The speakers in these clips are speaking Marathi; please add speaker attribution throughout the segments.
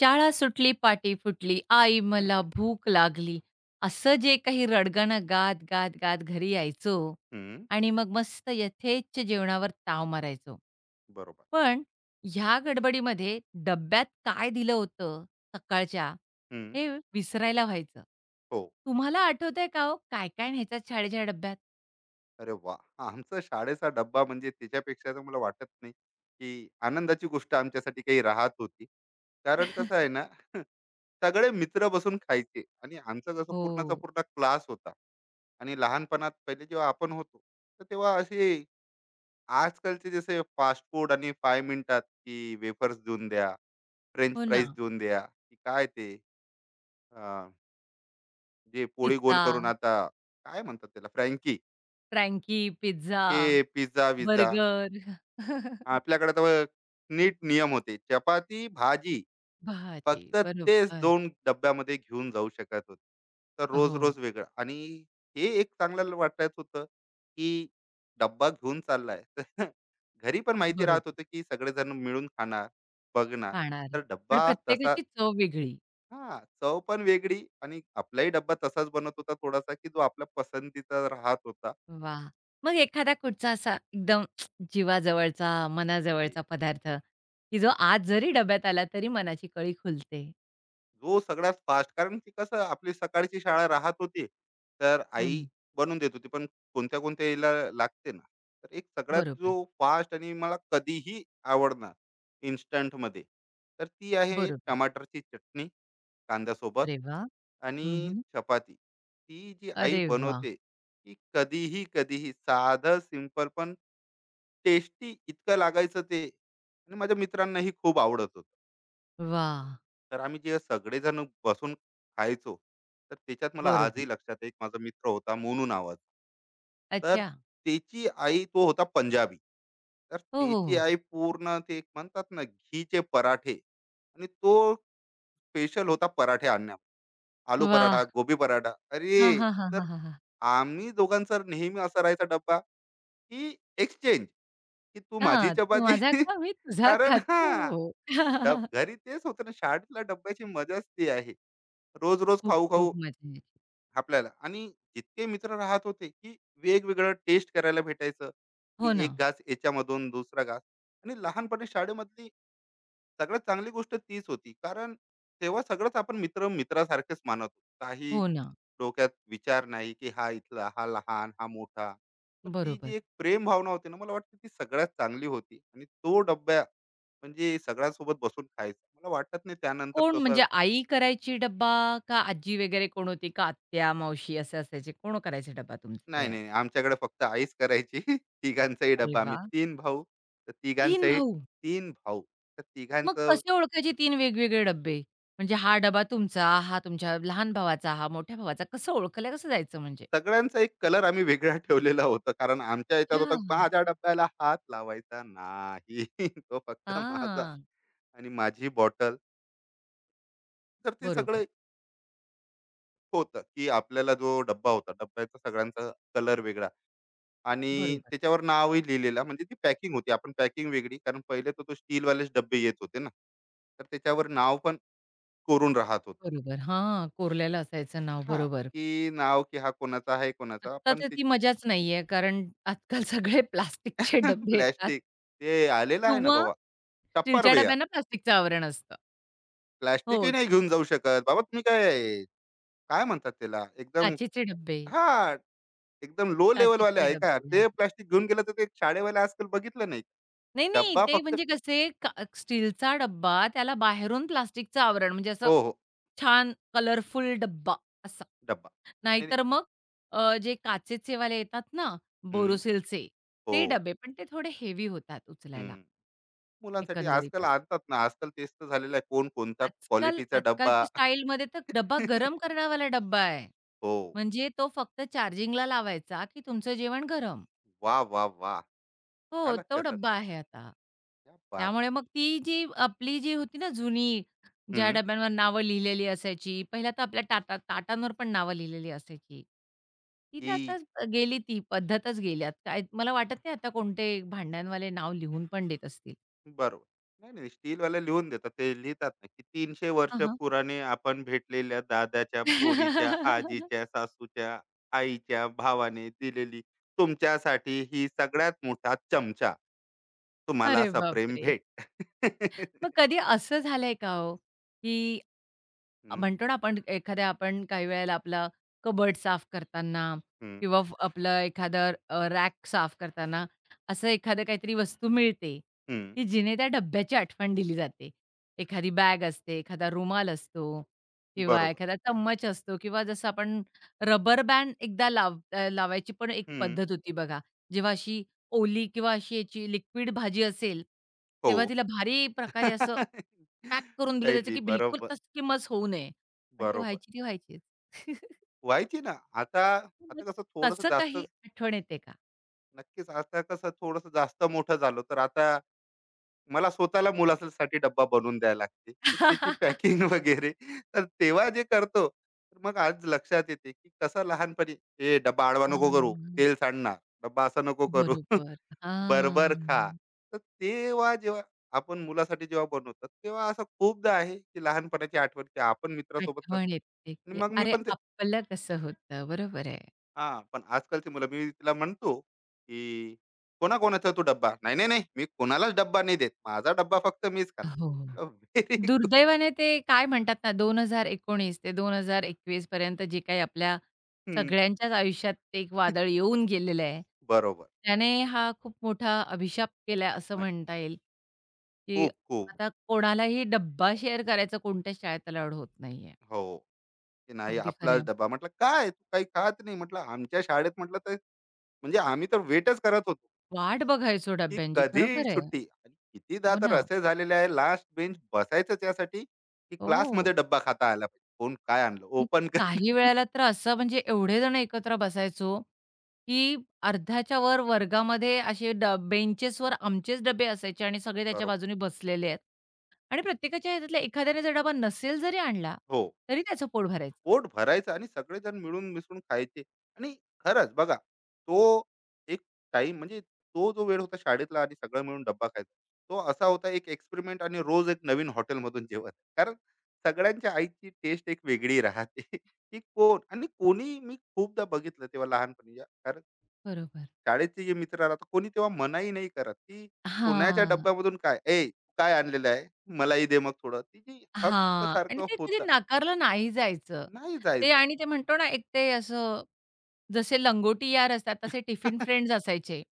Speaker 1: शाळा सुटली, पाटी फुटली, आई मला भूक लागली. असं जे काही रडगाणं गात, गात, गात घरी यायचो
Speaker 2: हं,
Speaker 1: आणि मग मस्त यथेच्छ जेवणावर ताव मारायचो.
Speaker 2: बरोबर.
Speaker 1: पण ह्या गडबडीमध्ये डब्यात काय दिलं होतं सकाळच्या,
Speaker 2: हं,
Speaker 1: हे विसरायला व्हायचं.
Speaker 2: हो.
Speaker 1: तुम्हाला आठवतंय का हो, काय-काय न्यायचात शाळेच्या डब्यात?
Speaker 2: अरे वाह! आमचा शाळेचा डब्बा म्हणजे त्याच्यापेक्षा तर मला वाटत नाही, की आनंदाची गोष्ट आमच्यासाठी काही राहत होती. कारण कसं आहे ना, सगळे मित्र बसून खायचे आणि आमचा जसं पूर्णचा
Speaker 1: हो.
Speaker 2: पूर्ण क्लास होता. आणि लहानपणात पहिले जेव्हा आपण होतो, तर तेव्हा असे आजकालचे जसे फास्ट फूड आणि 5 मिनिटात की वेफर्स देऊन द्या, फ्रेंच
Speaker 1: हो ना.
Speaker 2: फ्राईज देऊन द्या, की काय ते अ, जे पोळी गोल
Speaker 1: पिझ्झा,
Speaker 2: करून आता काय म्हणतात त्याला फ्रँकी.
Speaker 1: फ्रँकी पिझ्झा,
Speaker 2: हे पिझ्झा-विझ्झा.
Speaker 1: बर्गर.
Speaker 2: आपल्याकडे तर नीट नियम होते. चपाती, भाजी
Speaker 1: भाजी.
Speaker 2: फक्त तेच
Speaker 1: बरोबर.
Speaker 2: 2 डब्यामध्ये घेऊन जाऊ शकत होते. तर
Speaker 1: हो,
Speaker 2: रोज-रोज वेगळं, आणि हे एक चांगलं वाटत होतं, की डब्बा घेऊन चाललाय. तर घरी पण माहिती राहत
Speaker 1: बरोबर.
Speaker 2: होतं, की सगळेजण मिळून खाणार, बघणार.
Speaker 1: खाणार.
Speaker 2: तर
Speaker 1: पण
Speaker 2: डब्बा तसा,
Speaker 1: प्रत्येकाची चव वेगळी.
Speaker 2: हां, चव पण वेगळी आणि आपलाही डब्बा तसाच बनत होता थोडासा, की जो आपल्या पसंतीचा राहत होता.
Speaker 1: वाह! मग एखादा कुठचा असा एकदम जीवाजवळचा, मनाजवळचा पदार्थ, की जो आज जरी डब्यात आला तरी मनाची कळी खुलते?
Speaker 2: जो सगळ्यात फास्ट, कारण की कसं आपली सकाळची शाळा राहत होती, तर आई
Speaker 1: हं.
Speaker 2: बनवून देत होती. पण कोणत्या कोणत्या याला लागते ना, तर एक सगळ्यात जो
Speaker 1: बरोबर,
Speaker 2: फास्ट आणि मला कधीही आवडणार इन्स्टंटमध्ये, तर ती आहे
Speaker 1: बरोबर.
Speaker 2: टमाटरची चटणी कांद्यासोबत
Speaker 1: अरे वाह!
Speaker 2: आणि
Speaker 1: हं,
Speaker 2: चपाती. ती जी आई
Speaker 1: अरे वाह!
Speaker 2: बनवते, ती कधीही, कधीही साधं, सिंपल पण टेस्टी इतकं लागायचं ते, आणि माझ्या मित्रांनाही खूप आवडत होतं.
Speaker 1: वाह!
Speaker 2: तर आम्ही जे सगळेजण बसून खायचो, तर त्याच्यात मला
Speaker 1: बरोबर.
Speaker 2: आजही लक्षात आहे, एक माझा मित्र होता मोनू नावाचा. तर
Speaker 1: अच्छा.
Speaker 2: त्याची आई, तो होता पंजाबी. तर
Speaker 1: हो, हो,
Speaker 2: त्याची
Speaker 1: हो.
Speaker 2: आई पूर्ण ते एक म्हणतात ना घीचे पराठे, आणि तो स्पेशल होता पराठे आणण्यात. आलू
Speaker 1: वाह!
Speaker 2: पराठा, गोबी पराठा.
Speaker 1: हां,
Speaker 2: अरे!
Speaker 1: हां, हां,
Speaker 2: तर
Speaker 1: हां, हां, हां.
Speaker 2: आम्ही दोघांचा नेहमी असा राहायचा डब्बा, की एक्सचेंज, की तू माझी
Speaker 1: हां, तू
Speaker 2: चपाती.
Speaker 1: माझा खा, मी तुझा
Speaker 2: कारण हां.
Speaker 1: खातो.
Speaker 2: डब घरी तेच होतं ना, शाळेतल्या डब्याची मजाच ती आहे. रोज-रोज
Speaker 1: खूप खूप
Speaker 2: खाऊ-खाऊ
Speaker 1: मजा यायची.
Speaker 2: आपल्याला, आणि जितके मित्र राहत होते, की वेगवेगळं टेस्ट करायला भेटायचं, की
Speaker 1: हो ना.
Speaker 2: एक घास याच्यामधून दुसरा घास. आणि लहानपणी शाळेमधली सगळ्यात चांगली गोष्ट तीच होती, कारण तेव्हा सगळंच आपण मित्र मित्रासारखेच मानत होतो. काही
Speaker 1: हो ना.
Speaker 2: डोक्यात विचार नाही, की हा इथला, हा लहान, हा मोठा. तर ती
Speaker 1: बरोबर.
Speaker 2: जी एक प्रेम भावना होती ना, मला वाटतं ती सगळ्यात चांगली होती. आणि तो डब्या म्हणजे सगळ्यांसोबत बसून खायचा, मला वाटत नाही त्यानंतर
Speaker 1: कोण
Speaker 2: तसं.
Speaker 1: म्हणजे आई करायची डब्बा का आजी वगैरे कोण होती का आत्या, मावशी असे असायचे? कोण करायचे डब्बा तुमचा
Speaker 2: नाही,
Speaker 1: तयार?
Speaker 2: नाही. आमच्याकडे फक्त आईच करायची. तिघांचाही
Speaker 1: अरे
Speaker 2: डब्बा. आम्ही
Speaker 1: वाह!
Speaker 2: 3 भाऊ, तर
Speaker 1: 3
Speaker 2: तिघांचाही
Speaker 1: भाऊ.
Speaker 2: 3 भाऊ. तर
Speaker 1: मग
Speaker 2: तिघांचं
Speaker 1: कसे ओळखायचे 3 वेगवेगळे डब्बे? म्हणजे हा डबा तुमचा, हा तुमच्या लहान भावाचा, हा मोठ्या भावाचा. कसं ओळखलं कसं जायचं म्हणजे?
Speaker 2: सगळ्यांचा एक कलर आम्ही वेगळा ठेवलेला होता. कारण आमच्या ह्याच्यात
Speaker 1: अच्छा.
Speaker 2: होता, माझ्या डब्याला हात लावायचा नाही. तो फक्त माझा,
Speaker 1: हां.
Speaker 2: आणि माझी बॉटल. तर ते
Speaker 1: बरोबर,
Speaker 2: सगळं होतं, की आपल्याला जो डब्बा होता, डब्याचा सगळ्यांचा कलर वेगळा, आणि
Speaker 1: बरोबर,
Speaker 2: त्याच्यावर नावही लिहिलेलं. म्हणजे ती पॅकिंग होती. आपण पॅकिंग वेगळी. कारण पहिले तर तो स्टीलवालेच डब्बे येत होते ना. तर त्याच्यावर नाव पण कोरून राहत होतं.
Speaker 1: बरोबर. हां, कोरलेलं असायचं नाव.
Speaker 2: हां,
Speaker 1: बरोबर.
Speaker 2: की नाव, की हा कोणाचा आहे, कोणाचा.
Speaker 1: आत्ता
Speaker 2: पण
Speaker 1: तर
Speaker 2: ते
Speaker 1: ती मजाच नाहीये कारण आजकाल सगळे प्लास्टिकचे डब्बे येतात.
Speaker 2: प्लास्टिक, ते आलेलं आहे ना
Speaker 1: किंवा
Speaker 2: बाबा,
Speaker 1: स्टीलच्या
Speaker 2: टप्परवेअर.
Speaker 1: डब्यांना प्लास्टिकचं आवरण असतं.
Speaker 2: प्लास्टिकही
Speaker 1: हो,
Speaker 2: नाही घेऊन जाऊ शकत. बाबा तुम्ही काय, काय म्हणतात त्याला, एकदम
Speaker 1: काचेचे डब्बे,
Speaker 2: हां, एकदम लो लेव्हलवाले
Speaker 1: काचेचे
Speaker 2: आहे का?
Speaker 1: डब्बे
Speaker 2: ते
Speaker 1: आहेत.
Speaker 2: प्लास्टिक घेऊन गेलं तर ते शाळेवाले आजकाल बघितलं नाही.
Speaker 1: नाही, नाही,
Speaker 2: डब्बा
Speaker 1: ते
Speaker 2: फक्त
Speaker 1: म्हणजे कसे का स्टीलचा डब्बा त्याला बाहेरून प्लास्टिकचं आवरण म्हणजे असं
Speaker 2: हो, हो,
Speaker 1: छान कलरफुल डब्बा असा.
Speaker 2: डब्बा. नाही, नाही.
Speaker 1: नाहीतर मग जे काचेचेवाले येतात ना
Speaker 2: हं,
Speaker 1: बोरोसिलचे
Speaker 2: हो,
Speaker 1: ते डब्बे, पण ते थोडे हेवी होतात उचलायला
Speaker 2: हं. मुलांसाठी आजकाल
Speaker 1: एकंदरीतच.
Speaker 2: आणतात ना, आजकाल तेच तर झालेलं आहे. कोण कोणता
Speaker 1: आजकाल
Speaker 2: क्वालिटीचा डब्बा.
Speaker 1: आजकालची स्टाईलमध्ये तर डब्बा गरम करण्यावाला डब्बा आहे.
Speaker 2: हो.
Speaker 1: म्हणजे तो फक्त चार्जिंगला लावायचा, की तुमचं जेवण गरम.
Speaker 2: वाह, वाह, वाह! घ्या
Speaker 1: हो,
Speaker 2: लागते
Speaker 1: तो
Speaker 2: सर.
Speaker 1: डब्बा आहे आता.
Speaker 2: क्या बात है!
Speaker 1: त्यामुळे मग ती जी आपली जी होती ना जुनी, ज्या
Speaker 2: हं.
Speaker 1: डब्यांवर नावं लिहिलेली असायची. पहिल्या तर आपल्या टाटा ताटांवर पण नावं लिहिलेली असायची. ती तर आता
Speaker 2: ती
Speaker 1: गेली ती पद्धतच गेली. आता काय मला वाटत नाही आता कोणते भांड्यांवाले नाव लिहून पण देत असतील.
Speaker 2: बरोबर. नाही, नाही. स्टीलवाले लिहून देतात. ते लिहितात ना, की 300 वर्ष
Speaker 1: हां, हां.
Speaker 2: पुराणे आपण भेटलेल्या दादाच्या, पोरीच्या, आजीच्या, सासूच्या, आईच्या, भावाने दिलेली तुमच्यासाठी ही सगळ्यात मोठा चमचा. तुम्हाला
Speaker 1: अरे
Speaker 2: सप्रेम
Speaker 1: बापरे!
Speaker 2: भेट.
Speaker 1: मग कधी असं झालंय का हो, की
Speaker 2: हं,
Speaker 1: म्हणतो ना आपण एखाद्या आपण काही वेळेला आपलं कबर्ड साफ करताना
Speaker 2: हं,
Speaker 1: किंवा आपलं एखादं रॅक साफ करताना असं एखादं काहीतरी वस्तू मिळते
Speaker 2: हं.
Speaker 1: की जिने त्या डब्याची आठवण दिली जाते एखादी बॅग असते एखादा रुमाल असतो किंवा
Speaker 2: बरोबर.
Speaker 1: एखादा चम्मच असतो किंवा जसं आपण रबर बँड एकदा लावायची पण एक
Speaker 2: हं.
Speaker 1: पद्धत होती बघा जेव्हा अशी ओली किंवा अशी याची लिक्विड भाजी असेल तेव्हा
Speaker 2: हो.
Speaker 1: तिला भारी प्रकारे असं पॅक करून दिलं जायचं,
Speaker 2: शैली
Speaker 1: की बिलकुल
Speaker 2: बरोबर,
Speaker 1: तस्किमच होऊ नये. पण ते
Speaker 2: बरोबर.
Speaker 1: व्हायची ती व्हायचीच.
Speaker 2: व्हायची ना. आता
Speaker 1: मग
Speaker 2: आता कसं थोडंसं
Speaker 1: तसं
Speaker 2: जास्त
Speaker 1: काही आठवण येते का?
Speaker 2: नक्कीच. आता कसं थोडंसं जास्त मोठं झालो, तर आता मला स्वतःला मुलासाठी डब्बा बनवून द्यायला लागते, की त्याची पॅकिंग वगैरे. तर तेव्हा जे करतो, तर मग आज लक्षात येते, की कसं लहानपणी, "ए डब्बा आडवा
Speaker 1: आ,
Speaker 2: नको करू, तेल सांडणार. डब्बा असा नको करू.
Speaker 1: बरोबर. आ,
Speaker 2: बरोबर खा." तर तेव्हा जेव्हा आपण मुलासाठी जेव्हा बनवतो, तेव्हा असं खूपदा आहे, की लहानपणाची आठवण, की आपण मित्रासोबत कसं.
Speaker 1: आठवण येते,
Speaker 2: आणि
Speaker 1: की
Speaker 2: मग मी
Speaker 1: अरे
Speaker 2: पण ते,
Speaker 1: आपलं कसं होतं. बरोबर आहे.
Speaker 2: हा पण आजकालची मुलं, मी तिला म्हणतो की कोणाकोणाचा तू डब्बा, नाही नाही नाही, मी कोणालाच डब्बा नाही देत, माझा डब्बा फक्त मीच
Speaker 1: हो. हो.
Speaker 2: खाणार, व्हेरी गुड.
Speaker 1: दुर्दैवाने ते काय म्हणतात ना, 2019 ते 2021 पर्यंत जे काही आपल्या सगळ्यांच्याच आयुष्यात ते एक वादळ येऊन गेलेलं आहे.
Speaker 2: बरोबर.
Speaker 1: त्याने हा खूप मोठा अभिशाप केला आहे असं
Speaker 2: नक्की.
Speaker 1: म्हणता येईल, की
Speaker 2: खूप खूप.
Speaker 1: आता कोणालाही डब्बा शेअर करायचा कोणत्याच शाळेत अलाउड होत नाहीये.
Speaker 2: हो, की नाही
Speaker 1: अगदी
Speaker 2: आपलाच
Speaker 1: खरं
Speaker 2: डब्बा, म्हटलं काय तू काही खात नाही, म्हटलं आमच्या शाळेत म्हटलं तर, म्हणजे आम्ही तर वेटच करत होतो
Speaker 1: वाट बघायचो
Speaker 2: की
Speaker 1: डब्यांची.
Speaker 2: कधी
Speaker 1: खरोखर आहे.
Speaker 2: सुट्टी. आणि कितीदा
Speaker 1: हो
Speaker 2: तर
Speaker 1: ना.
Speaker 2: असे झालेले आहे लास्ट बेंच बसायचं त्यासाठी, की क्लासमध्ये
Speaker 1: हो.
Speaker 2: डब्बा खाता आला पाहिजे, कोण काय आणलं
Speaker 1: आणि
Speaker 2: ओपन कर.
Speaker 1: काही वेळेला तर असं म्हणजे एवढे जण एकत्र बसायचो, की अर्ध्याच्या वर वर्गामध्ये असे बेंचेसवर आमचेच डबे असायचे आणि सगळे त्याच्या
Speaker 2: बरोबर.
Speaker 1: बाजूने बसलेले आहेत. आणि प्रत्येकाच्या ह्याच्यातला एखाद्याने जर डबा नसेल जरी आणला,
Speaker 2: हो.
Speaker 1: तरी त्याचं पोट भरायचं.
Speaker 2: पोट भरायचं आणि सगळेजण मिळून मिसळून खायचे. आणि खरंच बघा तो एक टाइम, म्हणजे तो जो वेळ होता शाळेतला आणि सगळं मिळून डब्बा खायचा, तो असा होता एक एक्सपेरिमेंट, आणि रोज एक नवीन हॉटेलमधून जेवण, कारण सगळ्यांच्या आईची टेस्ट एक वेगळी राहते. की कोण आणि कोणी, मी खूपदा बघितलं तेव्हा लहानपणी, कारण
Speaker 1: बरोबर.
Speaker 2: शाळेचे जे मित्र राहतात कोणी, तेव्हा मनाही नाही करत की कोणाच्या
Speaker 1: हां,
Speaker 2: डब्यामधून काय, काय आणलेलं आहे, मलाही दे मग थोडं, तिची हक्क
Speaker 1: हां. आणि
Speaker 2: सारखं
Speaker 1: ते कधी
Speaker 2: होतं.
Speaker 1: नाकारलं नाही जायचं.
Speaker 2: नाही
Speaker 1: ते
Speaker 2: जायचं.
Speaker 1: आणि ते म्हणतो ना, एक ते असं जसे लंगोटी यार असतात, तसे टिफिन फ्रेंड्स असायचे.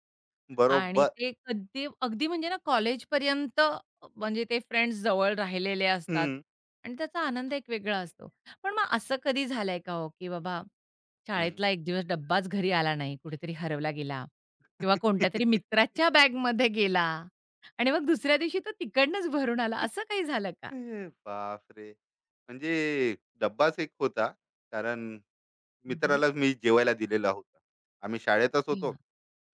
Speaker 1: आणि
Speaker 2: बरोबर.
Speaker 1: ते कधी अगदी म्हणजे ना कॉलेजपर्यंत म्हणजे ते फ्रेंड्स जवळ राहिलेले असतात
Speaker 2: हं.
Speaker 1: आणि त्याचा आनंद एक वेगळा असतो. पण मग असं कधी झालंय का हो, की बाबा
Speaker 2: हं.
Speaker 1: शाळेतला एक दिवस डब्बाच घरी आला नाही, कुठेतरी हरवला गेला किंवा कोणत्यातरी मित्राच्या बॅगमध्ये गेला आणि मग दुसऱ्या दिवशी तो तिकडनंच भरून आला, असं काही झालं का?
Speaker 2: बापरे! म्हणजे डब्बाच एक होता. कारण
Speaker 1: हं,
Speaker 2: मित्रालाच मी जेवायला दिलेला होता. आम्ही शाळेतच होतो.
Speaker 1: अच्छा.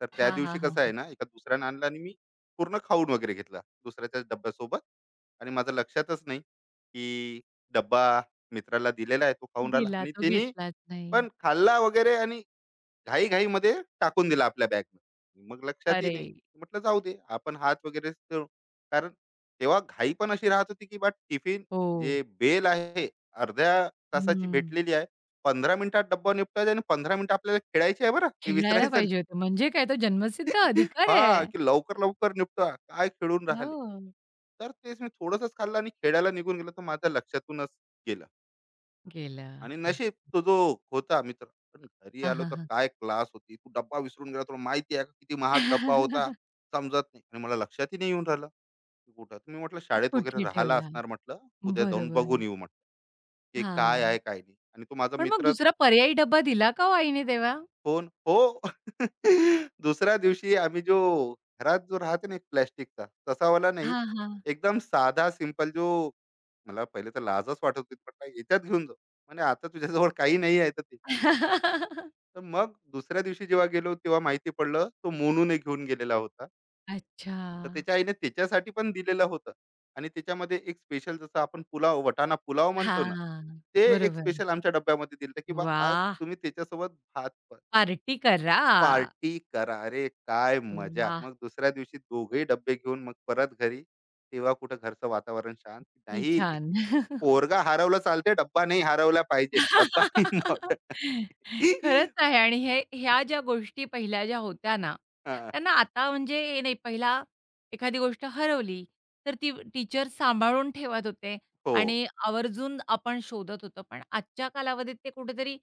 Speaker 2: तर त्या
Speaker 1: हां,
Speaker 2: दिवशी
Speaker 1: हां, हां,
Speaker 2: कसं आहे
Speaker 1: हां.
Speaker 2: ना, एका दुसऱ्यानं आणला आणि मी पूर्ण खाऊन वगैरे घेतला दुसऱ्याच्याच डब्यासोबत. आणि माझं लक्षातच नाही, की डब्बा मित्राला दिलेला आहे. तो खाऊन राहिला
Speaker 1: दिला
Speaker 2: आणि
Speaker 1: तो
Speaker 2: त्यानी
Speaker 1: घेतलाच नाही.
Speaker 2: पण खाल्ला वगैरे आणि घाई-घाईमध्ये टाकून दिला आपल्या बॅगमध्ये. मग लक्षातही
Speaker 1: अरे!
Speaker 2: नाही. म्हटलं जाऊ दे आपण हात वगैरे, तर कारण तेव्हा घाई पण अशी राहत होती, की बा टिफिन
Speaker 1: हो.
Speaker 2: जे बेल आहे अर्ध्या तासाची
Speaker 1: हं.
Speaker 2: भेटलेली आहे. पंधरा मिनिटात डब्बा निपटायचा आणि 15 मिनिटं आपल्याला खेळायची आहे बरं, हे
Speaker 1: खेळायला
Speaker 2: विसरायचं नाही.
Speaker 1: पाहिजे होतं. म्हणजे काय तो जन्मसिद्ध अधिकार
Speaker 2: हां,
Speaker 1: आहे.
Speaker 2: की लवकर-लवकर निपटवा. काय खेळून राहिले.
Speaker 1: हो.
Speaker 2: तर तेच मी थोडंसंच खाल्लं आणि खेळायला निघून गेलो, तर माझ्या लक्षातूनच गेलं.
Speaker 1: गेलं.
Speaker 2: आणि
Speaker 1: आई!
Speaker 2: नशीब तो जो होता मित्र. पण घरी
Speaker 1: हां,
Speaker 2: आलो
Speaker 1: हां,
Speaker 2: तर
Speaker 1: हां.
Speaker 2: काय क्लास होती, तू डब्बा विसरून गेला, तुला माहिती आहे का किती महाग डब्बा होता. समजत नाही, आणि मला लक्षातही नाही येऊन राहिलं की कुठं. तुम्ही म्हटलं शाळेत वगैरे
Speaker 1: कुठे
Speaker 2: राहिला
Speaker 1: ठेवला?
Speaker 2: असणार, म्हटलं उद्या जाऊन
Speaker 1: बरोबर.
Speaker 2: बघून येऊ, म्हटलं की काय आहे
Speaker 1: हां.
Speaker 2: काय नाही. आणि तो माझा
Speaker 1: पण मग
Speaker 2: मित्र.
Speaker 1: दुसरा पर्यायी डब्बा दिला का हो आईने तेव्हा?
Speaker 2: फोन हो. दुसऱ्या दिवशी आम्ही जो घरात जो राहते ना एक प्लॅस्टिकचा तसावाला नाही,
Speaker 1: हां, हां.
Speaker 2: एकदम साधा सिंपल जो, मला पहिले तर लाजच वाटत होती, म्हटलं याच्यात घेऊन जाऊ, म्हणजे आता तुझ्याजवळ काही नाही आहे तर ते. तर मग दुसऱ्या दिवशी जेव्हा गेलो तेव्हा माहिती पडलं तो मोनूने घेऊन गेलेला होता.
Speaker 1: अच्छा.
Speaker 2: तर त्याच्या आईने त्याच्यासाठी पण दिलेलं होतं, आणि त्याच्यामध्ये एक स्पेशल जसं आपण पुलाव वटाणा पुलाव म्हणतो ना,
Speaker 1: हां.
Speaker 2: ते एक
Speaker 1: बरोबर.
Speaker 2: स्पेशल आमच्या डब्यामध्ये दिलं की बा आज
Speaker 1: वाह!
Speaker 2: तुम्ही त्याच्यासोबत भात
Speaker 1: पार्टी करा.
Speaker 2: पार्टी करा. अरे काय मजा!
Speaker 1: वाह!
Speaker 2: मग दुसऱ्या दिवशी दोघेही डब्बे घेऊन मग परत घरी. तेव्हा कुठं घरचं वातावरण शांत.
Speaker 1: किती
Speaker 2: नाही,
Speaker 1: छान.
Speaker 2: पोरगा हरवला चालते, डब्बा नाही हरवला पाहिजे. डब्बा इम्पॉर्टंट.
Speaker 1: खरंच आहे आणि हे ह्या ज्या गोष्टी पहिल्या ज्या होत्या ना, त्यांना आता म्हणजे हे नाही पहिला एखादी गोष्ट हरवली, तर ती टीचर सांभाळून ठेवत होते
Speaker 2: हो.
Speaker 1: आणि आवर्जून आपण शोधत होतो. पण आजच्या कालावधीत ते कुठेतरी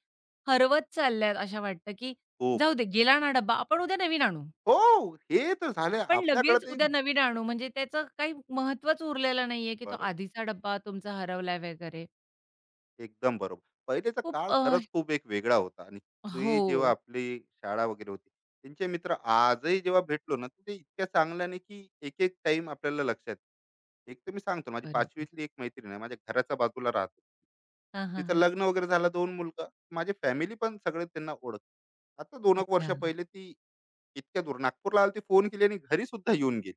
Speaker 1: हरवत चालल्यात अशा वाटतं, की
Speaker 2: खूप.
Speaker 1: जाऊ दे गेला ना डब्बा, आपण उद्या नवीन आणू.
Speaker 2: हो, हे तर झालं
Speaker 1: आपण
Speaker 2: आपल्याकडे
Speaker 1: लगेच
Speaker 2: तर एक.
Speaker 1: उद्या नवीन आणू म्हणजे त्याचं काही महत्त्वच उरलेलं नाहीये, की तो
Speaker 2: बरोबर,
Speaker 1: आधीचा डब्बा तुमचा हरवलाय वगैरे.
Speaker 2: एकदम बरोबर. पहिलेचा
Speaker 1: खूप
Speaker 2: काळ
Speaker 1: अ,
Speaker 2: खरंच खूप एक वेगळा होता, आणि ती जेव्हा
Speaker 1: हो,
Speaker 2: आपली शाळा वगैरे होती, त्यांचे मित्र आजही जेव्हा भेटलो ना, तर ते इतक्या चांगल्याने, की एक-एक टाइम आपल्याला लक्षात. एक तर मी सांगतो, माझी 5वी
Speaker 1: बरोबर.
Speaker 2: एक मैत्रीण आहे. माझ्या घराच्या बाजूला राहते.
Speaker 1: हां, हां,
Speaker 2: तिचं
Speaker 1: हां.
Speaker 2: लग्न वगैरे झालं, 2 मुलगा. माझी फॅमिली पण सगळे त्यांना ओळखते. आता 2 एक वर्ष
Speaker 1: अच्छा.
Speaker 2: पहिले ती इतक्या दूर नागपूरला आली होती, फोन केली आणि घरीसुद्धा येऊन गेली.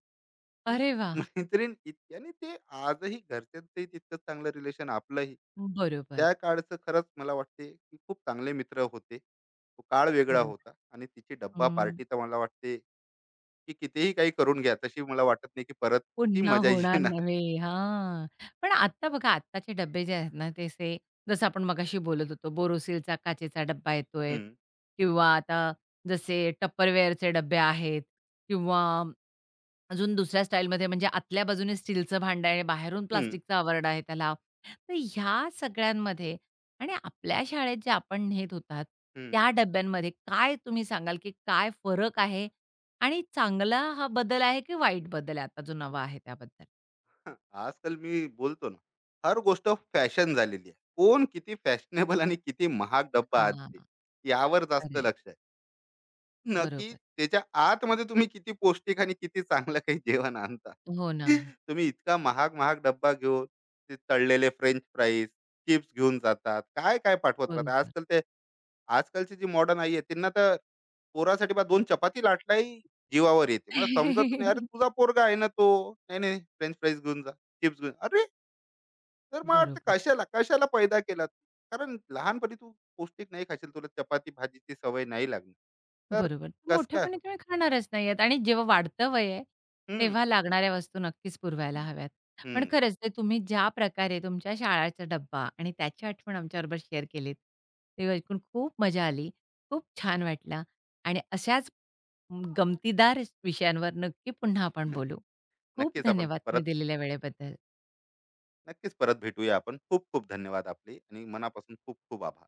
Speaker 2: ही
Speaker 1: अरे वाह!
Speaker 2: मैत्रीण इतकी, आणि ते आजही घरच्यांचंही तितकंच चांगलं रिलेशन आपलंही.
Speaker 1: बरोबर,
Speaker 2: त्या काळचं खरंच मला वाटते, की खूप चांगले मित्र होते. तो काळ वेगळा
Speaker 1: बरोबर.
Speaker 2: होता, आणि तिची डब्बा
Speaker 1: हं.
Speaker 2: पार्टी तर मला वाटते, की कितीही काही करून घ्या, तशी मला वाटत नाही, की परत ती
Speaker 1: पुन्हा
Speaker 2: मजा
Speaker 1: होणार
Speaker 2: येणार.
Speaker 1: नव्हे. हां. पण आत्ता बघा आत्ताचे डब्बे जे आहेत ना, ते असे जसं आपण मगाशी बोलत होतो बोरोसिलचा काचेचा डब्बा येतोय
Speaker 2: हं,
Speaker 1: किंवा आता जसे टपरवेअरचे डब्बे आहेत किंवा अजून दुसऱ्या स्टाईलमध्ये म्हणजे आतल्या बाजूने स्टीलचं भांडं आहे, बाहेरून
Speaker 2: हं,
Speaker 1: प्लास्टिकचा आवरडा आहे त्याला. तर ह्या सगळ्यांमध्ये आणि आपल्या शाळेत जे आपण नेत होतात,
Speaker 2: हं.
Speaker 1: त्या डब्यांमध्ये काय तुम्ही सांगाल, की काय फरक आहे आणि चांगला हा बदल आहे की वाईट बदल आहे आता जो नवा आहे त्याबद्दल?
Speaker 2: हां, आजकाल मी बोलतो ना, हर गोष्ट फॅशन झालेली आहे. कोण किती फॅशनेबल आणि किती महाग डब्बा
Speaker 1: हां,
Speaker 2: आणते, यावर जास्त
Speaker 1: खरं
Speaker 2: लक्ष आहे. नक्की
Speaker 1: बरोबर.
Speaker 2: त्याच्या आतमध्ये तुम्ही किती पौष्टिक आणि किती चांगलं काही जेवण आणता.
Speaker 1: हो ना.
Speaker 2: तुम्ही इतका महाग महाग डब्बा घेऊन ते तळलेले फ्रेंच फ्राईज, चिप्स घेऊन जातात. काय-काय पाठवत राहतात.
Speaker 1: बरोबर.
Speaker 2: आजकाल ते, आजकालची जी मॉडर्न आई आहे त्यांना तर पोरासाठी बा 2 चपाती लाटल्याही जीवावर येते. मला समजत नाही. "अरे तुझा पोरगा आहे ना तो." "नाही, नाही फ्रेंच फ्राईज घेऊन जा, चिप्स घेऊन." अरे! तर मला वाटतं
Speaker 1: बरोबर,
Speaker 2: कशाला, कशाला पैदा केला तू? कारण लहानपणी तू पौष्टिक नाही खाशील. तुला चपाती भाजीची सवय नाही लागणार. तर
Speaker 1: बरोबर.
Speaker 2: कसं काय?
Speaker 1: मोठेपणी
Speaker 2: हो.
Speaker 1: तुम्ही खाणारच नाही आहेत आणि जेव्हा वाढतं वय आहे,
Speaker 2: हम्म,
Speaker 1: तेव्हा लागणाऱ्या वस्तू नक्कीच पुरवायला हव्यात. पण
Speaker 2: हम्म.
Speaker 1: खरंच ते तुम्ही ज्या प्रकारे तुमच्या शाळेचा डब्बा आणि त्याची आठवण आमच्याबरोबर शेअर केलीत, ते ऐकून खूप मजा आली. खूप छान वाटलं आणि अशाच गमतीदार विषयांवर नक्की पुन्हा आपण बोलू. खूप
Speaker 2: नक्कीच आपण
Speaker 1: धन्यवाद तुम्ही
Speaker 2: परत,
Speaker 1: दिलेल्या वेळेबद्दल.
Speaker 2: नक्कीच परत भेटूया आपण. खूप खूप धन्यवाद आपले, आणि मनापासून खूप खूप आभार.